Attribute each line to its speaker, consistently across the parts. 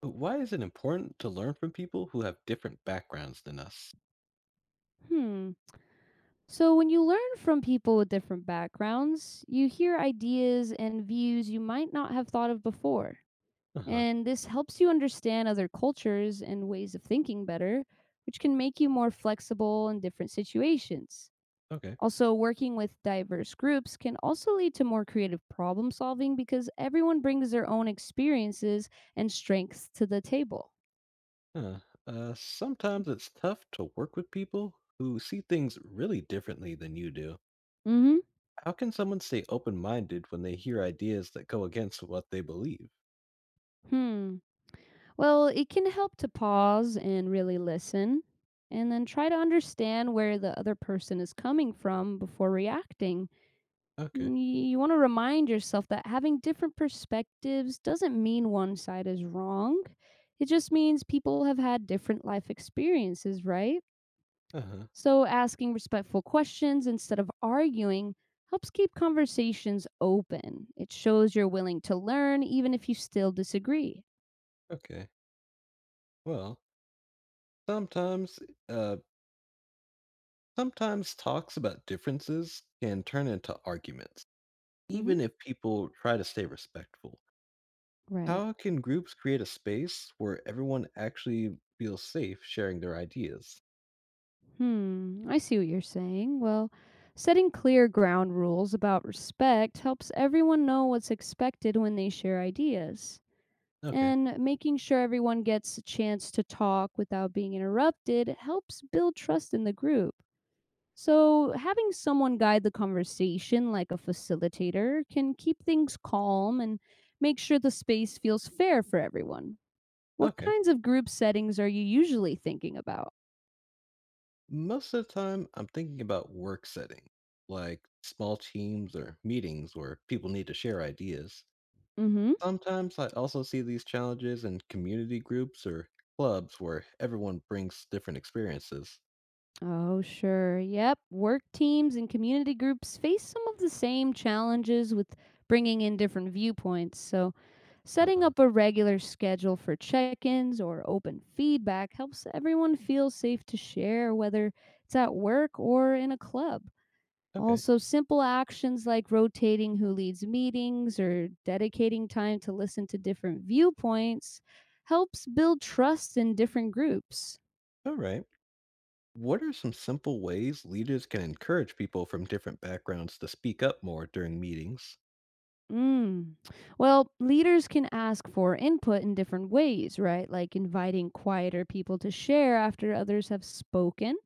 Speaker 1: But why is it important to learn from people who have different backgrounds than us?
Speaker 2: Hmm. So, when you learn from people with different backgrounds, you hear ideas and views you might not have thought of before.
Speaker 1: Uh huh.
Speaker 2: And this helps you understand other cultures and ways of thinking better, which can make you more flexible in different situations.
Speaker 1: Okay.
Speaker 2: Also, working with diverse groups can also lead to more creative problem solving because everyone brings their own experiences and strengths to the table.
Speaker 1: Huh. Sometimes it's tough to work with people who see things really differently than you do.
Speaker 2: Mm-hmm.
Speaker 1: How can someone stay open minded when they hear ideas that go against what they believe?
Speaker 2: Hmm. Well, it can help to pause and really listen, and then try to understand where the other person is coming from before reacting.
Speaker 1: Okay.
Speaker 2: Mm, You want to remind yourself that having different perspectives doesn't mean one side is wrong. It just means people have had different life experiences, right?
Speaker 1: Uh huh.
Speaker 2: So, asking respectful questions instead of arguing helps keep conversations open. It shows you're willing to learn, even if you still disagree.
Speaker 1: Okay. Well, sometimes, uh, sometimes talks about differences can turn into arguments,
Speaker 2: Hmm.
Speaker 1: even if people try to stay respectful.
Speaker 2: Right.
Speaker 1: How can groups create a space where everyone actually feels safe sharing their ideas?
Speaker 2: I see what you're saying. Well, setting clear ground rules about respect helps everyone know what's expected when they share ideas.
Speaker 1: Okay,
Speaker 2: And making sure everyone gets a chance to talk without being interrupted helps build trust in the group. So, having someone guide the conversation like a facilitator can keep things calm and make sure the space feels fair for everyone. What
Speaker 1: okay.
Speaker 2: kinds of group settings are you usually thinking about?
Speaker 1: Most of the time, I'm thinking about work setting, like small teams or meetings where people need to share ideas.
Speaker 2: Mm hmm.
Speaker 1: Sometimes I also see these challenges in community groups or clubs where everyone brings different experiences.
Speaker 2: Oh, sure. Yep. Work teams and community groups face some of the same challenges with bringing in different viewpoints. So,
Speaker 1: Uh
Speaker 2: setting
Speaker 1: huh.
Speaker 2: up a regular schedule for check ins or open feedback helps everyone feel safe to share, whether it's at work or in a club.
Speaker 1: Okay,
Speaker 2: Also, simple actions like rotating who leads meetings or dedicating time to listen to different viewpoints helps build trust in different groups.
Speaker 1: all right. What are some simple ways leaders can encourage people from different backgrounds to speak up more during meetings?
Speaker 2: Mm. Well, leaders can ask for input in different ways, right? Like inviting quieter people to share after others have spoken.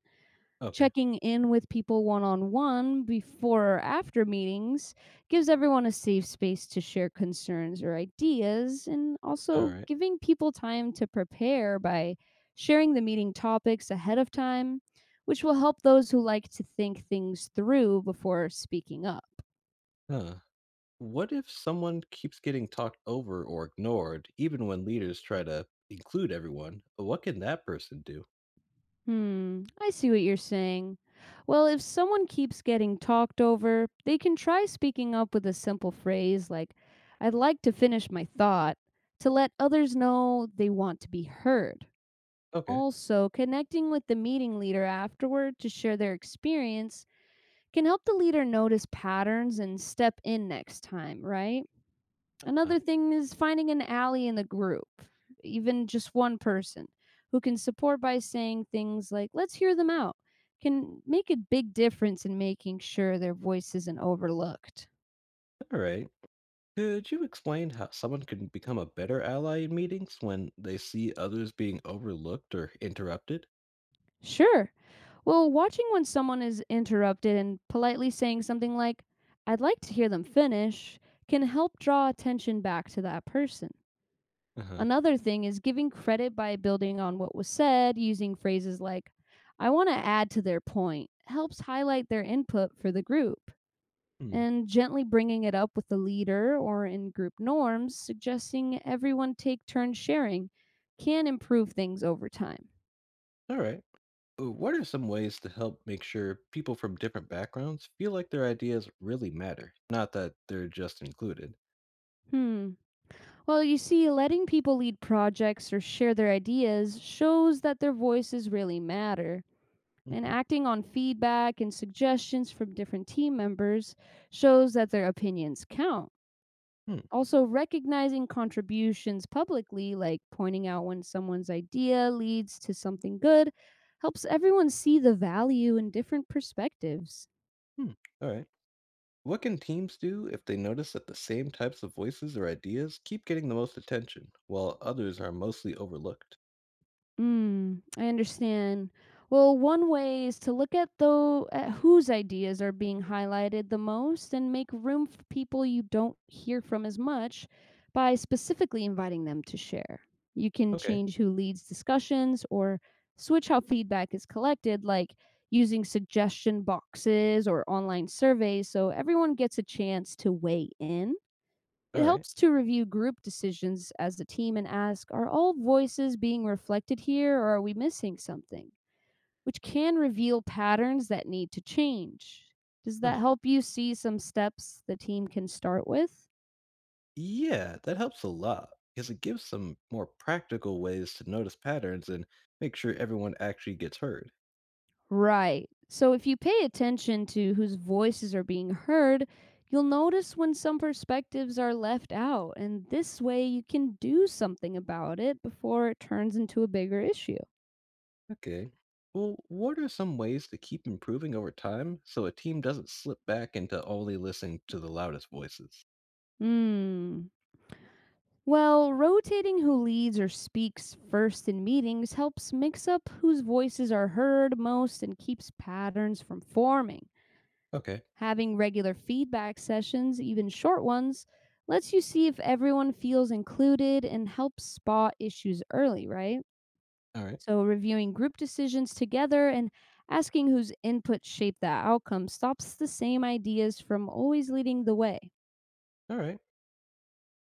Speaker 1: Okay,
Speaker 2: Checking in with people one on one before or after meetings gives everyone a safe space to share concerns or ideas, and
Speaker 1: all
Speaker 2: also
Speaker 1: right.
Speaker 2: giving people time to prepare by sharing the meeting topics ahead of time, which will help those who like to think things through before speaking up.
Speaker 1: Huh. What if someone keeps getting talked over or ignored, even when leaders try to include everyone? What can that person do?
Speaker 2: I see what you're saying. Well, if someone keeps getting talked over, they can try speaking up with a simple phrase like, I'd like to finish my thought, to let others know they want to be heard.
Speaker 1: Okay.
Speaker 2: Also, connecting with the meeting leader afterward to share their experience can help the leader notice patterns and step in next time, right?
Speaker 1: Uh,
Speaker 2: Another thing is finding an ally in the group, even just one person who can support by saying things like, let's hear them out, can make a big difference in making sure their voice isn't overlooked.
Speaker 1: all right. Could you explain how someone can become a better ally in meetings when they see others being overlooked or interrupted?
Speaker 2: Sure. Well, watching when someone is interrupted and politely saying something like, I'd like to hear them finish, can help draw attention back to that person.
Speaker 1: Uh huh.
Speaker 2: Another thing is giving credit by building on what was said, using phrases like, I want to add to their point, helps highlight their input for the group.
Speaker 1: Hmm.
Speaker 2: And gently bringing it up with the leader or in group norms, suggesting everyone take turns sharing, can improve things over time.
Speaker 1: All right. What are some ways to help make sure people from different backgrounds feel like their ideas really matter, not that they're just included?
Speaker 2: Hmm. Well, you see, letting people lead projects or share their ideas shows that their voices really matter. And
Speaker 1: Hmm.
Speaker 2: acting on feedback and suggestions from different team members shows that their opinions count.
Speaker 1: Hmm.
Speaker 2: Also, recognizing contributions publicly, like pointing out when someone's idea leads to something good, helps everyone see the value in different perspectives.
Speaker 1: Hmm. All right. What can teams do if they notice that the same types of voices or ideas keep getting the most attention, while others are mostly overlooked?
Speaker 2: I understand. Well, one way is to look at though at whose ideas are being highlighted the most and make room for people you don't hear from as much by specifically inviting them to share. You can
Speaker 1: Okay,
Speaker 2: change who leads discussions or switch how feedback is collected like using suggestion boxes or online surveys so everyone gets a chance to weigh in.
Speaker 1: all
Speaker 2: It
Speaker 1: right.
Speaker 2: helps to review group decisions as a team and ask, are all voices being reflected here or are we missing something? Which can reveal patterns that need to change. Does that
Speaker 1: Huh.
Speaker 2: help you see some steps the team can start with?
Speaker 1: Yeah, that helps a lot because it gives some more practical ways to notice patterns and make sure everyone actually gets heard.
Speaker 2: Right. So if you pay attention to whose voices are being heard, you'll notice when some perspectives are left out, and this way you can do something about it before it turns into a bigger issue.
Speaker 1: Okay. Well, what are some ways to keep improving over time so a team doesn't slip back into only listening to the loudest voices?
Speaker 2: Hmm. Well, rotating who leads or speaks first in meetings helps mix up whose voices are heard most and keeps patterns from forming.
Speaker 1: Okay,
Speaker 2: Having regular feedback sessions, even short ones, lets you see if everyone feels included and helps spot issues early, right?
Speaker 1: all right,
Speaker 2: So, reviewing group decisions together and asking whose input shaped the outcome stops the same ideas from always leading the way.
Speaker 1: all right.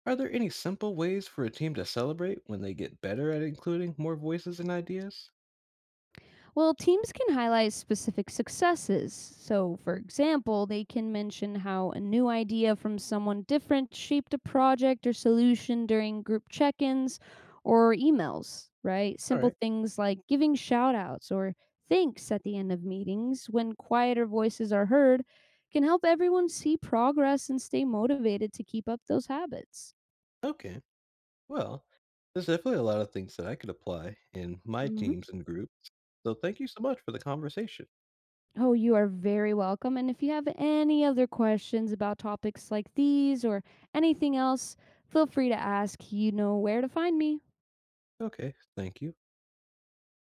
Speaker 1: Are there any simple ways for a team to celebrate when they get better at including more voices and ideas?
Speaker 2: Well, teams can highlight specific successes. So, for example, they can mention how a new idea from someone different shaped a project or solution during group check ins or emails, right?
Speaker 1: All
Speaker 2: Simple
Speaker 1: right.
Speaker 2: things like giving shout outs or thanks at the end of meetings when quieter voices are heard can help everyone see progress and stay motivated to keep up those habits.
Speaker 1: Okay. Well, there's definitely a lot of things that I could apply in my
Speaker 2: Mm-hmm.
Speaker 1: teams and groups. So thank you so much for the conversation.
Speaker 2: Oh, you are very welcome. And if you have any other questions about topics like these or anything else, feel free to ask. You know where to find me.
Speaker 1: Okay. Thank you.